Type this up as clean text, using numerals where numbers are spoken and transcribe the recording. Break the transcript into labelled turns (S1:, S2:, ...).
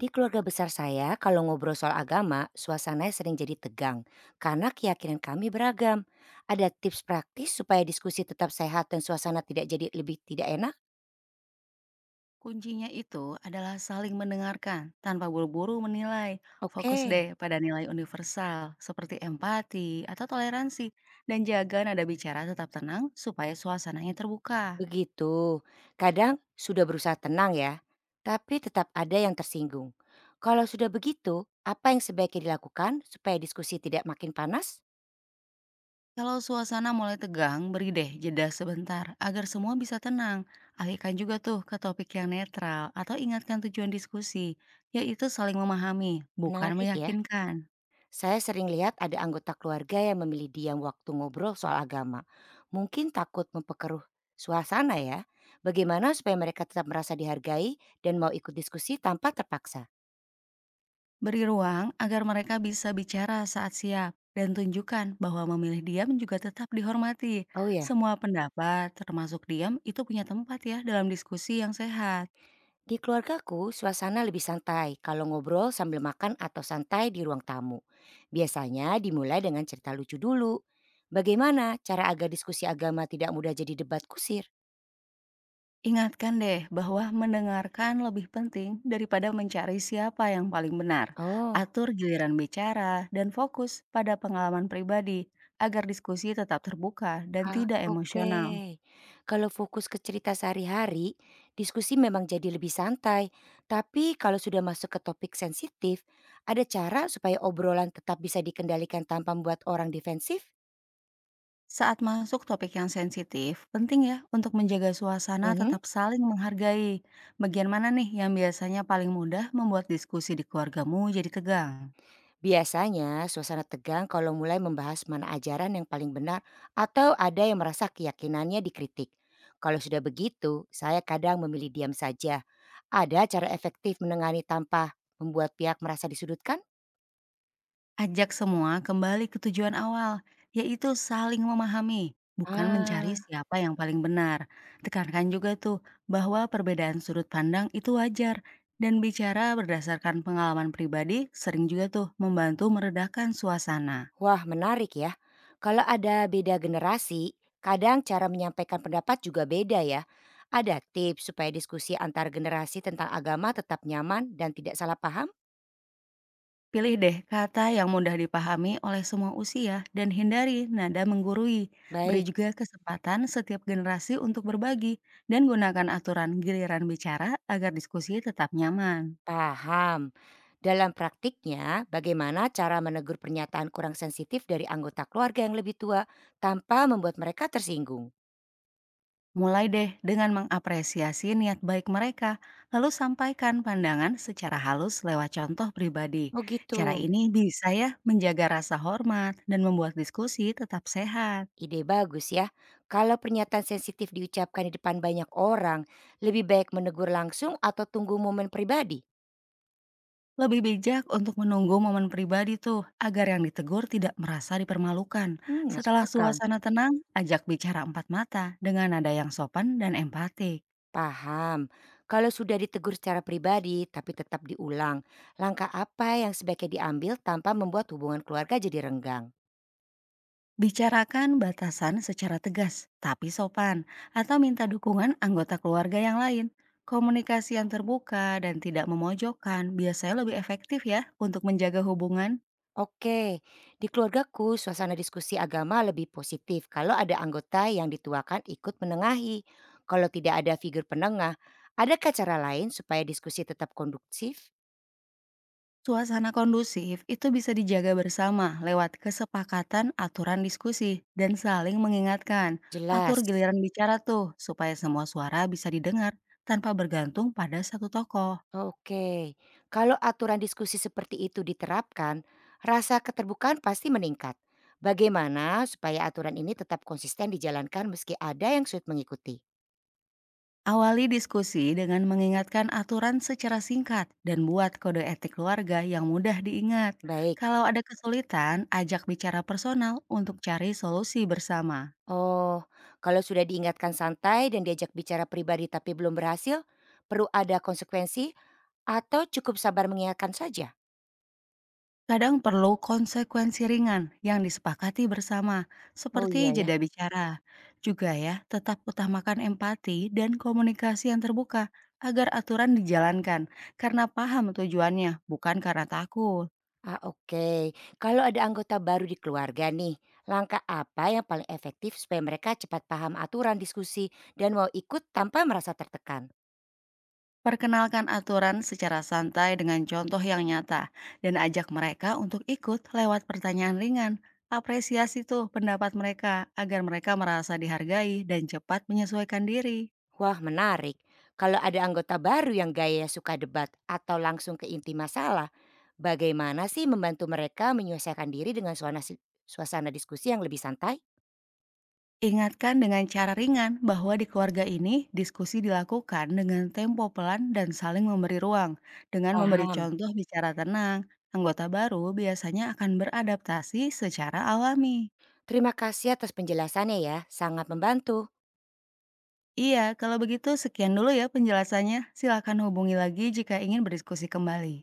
S1: Di keluarga besar saya, kalau ngobrol soal agama, suasananya sering jadi tegang karena keyakinan kami beragam. Ada tips praktis supaya diskusi tetap sehat dan suasana tidak jadi lebih tidak enak?
S2: Kuncinya itu adalah saling mendengarkan tanpa buru-buru menilai. Fokus
S1: Oke,
S2: deh pada nilai universal seperti empati atau toleransi dan jaga nada bicara tetap tenang supaya suasananya terbuka.
S1: begitu. Kadang sudah berusaha tenang ya, tapi tetap ada yang tersinggung. Kalau sudah begitu, apa yang sebaiknya dilakukan supaya diskusi tidak makin panas?
S2: Kalau suasana mulai tegang, beri deh jeda sebentar agar semua bisa tenang. Alihkan juga tuh ke topik yang netral atau ingatkan tujuan diskusi, yaitu saling memahami, bukan
S1: Menarik ya.
S2: meyakinkan.
S1: Saya sering lihat ada anggota keluarga yang memilih diam waktu ngobrol soal agama. Mungkin takut memperkeruh suasana ya. Bagaimana supaya mereka tetap merasa dihargai dan mau ikut diskusi tanpa terpaksa?
S2: Beri ruang agar mereka bisa bicara saat siap dan tunjukkan bahwa memilih diam juga tetap dihormati.
S1: Oh ya,
S2: Semua pendapat, termasuk diam, itu punya tempat ya dalam diskusi yang sehat.
S1: di keluargaku suasana lebih santai kalau ngobrol sambil makan atau santai di ruang tamu. Biasanya dimulai dengan cerita lucu dulu. Bagaimana cara agar diskusi agama tidak mudah jadi debat kusir?
S2: Ingatkan deh bahwa mendengarkan lebih penting daripada mencari siapa yang paling benar.
S1: Oh.
S2: Atur giliran bicara dan fokus pada pengalaman pribadi agar diskusi tetap terbuka dan
S1: Ah,
S2: tidak
S1: oke.
S2: emosional.
S1: Kalau fokus ke cerita sehari-hari, diskusi memang jadi lebih santai. Tapi kalau sudah masuk ke topik sensitif, ada cara supaya obrolan tetap bisa dikendalikan tanpa membuat orang defensif?
S2: Saat masuk topik yang sensitif, penting ya untuk menjaga suasana
S1: Mhm.
S2: tetap saling menghargai. Bagian mana nih yang biasanya paling mudah membuat diskusi di keluargamu jadi tegang?
S1: Biasanya suasana tegang kalau mulai membahas mana ajaran yang paling benar atau ada yang merasa keyakinannya dikritik. Kalau sudah begitu, saya kadang memilih diam saja. Ada cara efektif menengani tanpa membuat pihak merasa disudutkan?
S2: Ajak semua kembali ke tujuan awal, yaitu saling memahami, bukan mencari
S1: Ah.
S2: siapa yang paling benar. Tekankan juga tuh bahwa perbedaan sudut pandang itu wajar dan bicara berdasarkan pengalaman pribadi sering juga tuh membantu meredakan suasana.
S1: Wah, menarik ya. Kalau ada beda generasi, kadang cara menyampaikan pendapat juga beda ya. Ada tips supaya diskusi antar generasi tentang agama tetap nyaman dan tidak salah paham?
S2: Pilih deh kata yang mudah dipahami oleh semua usia dan hindari nada menggurui. Beri
S1: Baik,
S2: juga kesempatan setiap generasi untuk berbagi dan gunakan aturan giliran bicara agar diskusi tetap nyaman.
S1: paham. Dalam praktiknya, bagaimana cara menegur pernyataan kurang sensitif dari anggota keluarga yang lebih tua tanpa membuat mereka tersinggung?
S2: Mulai deh dengan mengapresiasi niat baik mereka, lalu sampaikan pandangan secara halus lewat contoh pribadi.
S1: Oh gitu.
S2: Cara ini bisa ya menjaga rasa hormat dan membuat diskusi tetap sehat.
S1: Ide bagus ya. Kalau pernyataan sensitif diucapkan di depan banyak orang, lebih baik menegur langsung atau tunggu momen pribadi?
S2: Lebih bijak untuk menunggu momen pribadi tuh, agar yang ditegur tidak merasa dipermalukan.
S1: Masuk
S2: Setelah
S1: akal,
S2: suasana tenang, ajak bicara empat mata dengan nada yang sopan dan empati.
S1: paham. Kalau sudah ditegur secara pribadi tapi tetap diulang, langkah apa yang sebaiknya diambil tanpa membuat hubungan keluarga jadi renggang?
S2: Bicarakan batasan secara tegas, tapi sopan, atau minta dukungan anggota keluarga yang lain. Komunikasi yang terbuka dan tidak memojokkan biasanya lebih efektif ya untuk menjaga hubungan.
S1: Oke, di keluargaku suasana diskusi agama lebih positif kalau ada anggota yang dituakan ikut menengahi. Kalau tidak ada figur penengah, adakah cara lain supaya diskusi tetap konduktif?
S2: Suasana kondusif itu bisa dijaga bersama lewat kesepakatan aturan diskusi dan saling mengingatkan.
S1: Jelas.
S2: Atur giliran bicara tuh supaya semua suara bisa didengar tanpa bergantung pada satu tokoh.
S1: Oke, kalau aturan diskusi seperti itu diterapkan, rasa keterbukaan pasti meningkat. Bagaimana supaya aturan ini tetap konsisten dijalankan meski ada yang sulit mengikuti?
S2: Awali diskusi dengan mengingatkan aturan secara singkat dan buat kode etik keluarga yang mudah diingat.
S1: Baik.
S2: Kalau ada kesulitan, ajak bicara personal untuk cari solusi bersama.
S1: Oh, kalau sudah diingatkan santai dan diajak bicara pribadi tapi belum berhasil, perlu ada konsekuensi atau cukup sabar mengingatkan saja?
S2: Kadang perlu konsekuensi ringan yang disepakati bersama,
S1: Oh
S2: seperti
S1: iya ya.
S2: jeda bicara. Juga ya, tetap utamakan empati dan komunikasi yang terbuka agar aturan dijalankan karena paham tujuannya, bukan karena takut.
S1: Ah, oke. Kalau ada anggota baru di keluarga nih, langkah apa yang paling efektif supaya mereka cepat paham aturan diskusi dan mau ikut tanpa merasa tertekan?
S2: Perkenalkan aturan secara santai dengan contoh yang nyata dan ajak mereka untuk ikut lewat pertanyaan ringan. Apresiasi tuh pendapat mereka agar mereka merasa dihargai dan cepat menyesuaikan diri.
S1: Wah, menarik. Kalau ada anggota baru yang gaya suka debat atau langsung ke inti masalah, bagaimana sih membantu mereka menyelesaikan diri dengan suasana diskusi yang lebih santai?
S2: Ingatkan dengan cara ringan bahwa di keluarga ini diskusi dilakukan dengan tempo pelan dan saling memberi ruang. Dengan memberi
S1: Paham.
S2: contoh bicara tenang, anggota baru biasanya akan beradaptasi secara alami.
S1: Terima kasih atas penjelasannya ya, sangat membantu.
S2: Iya, kalau begitu sekian dulu ya penjelasannya. Silakan hubungi lagi jika ingin berdiskusi kembali.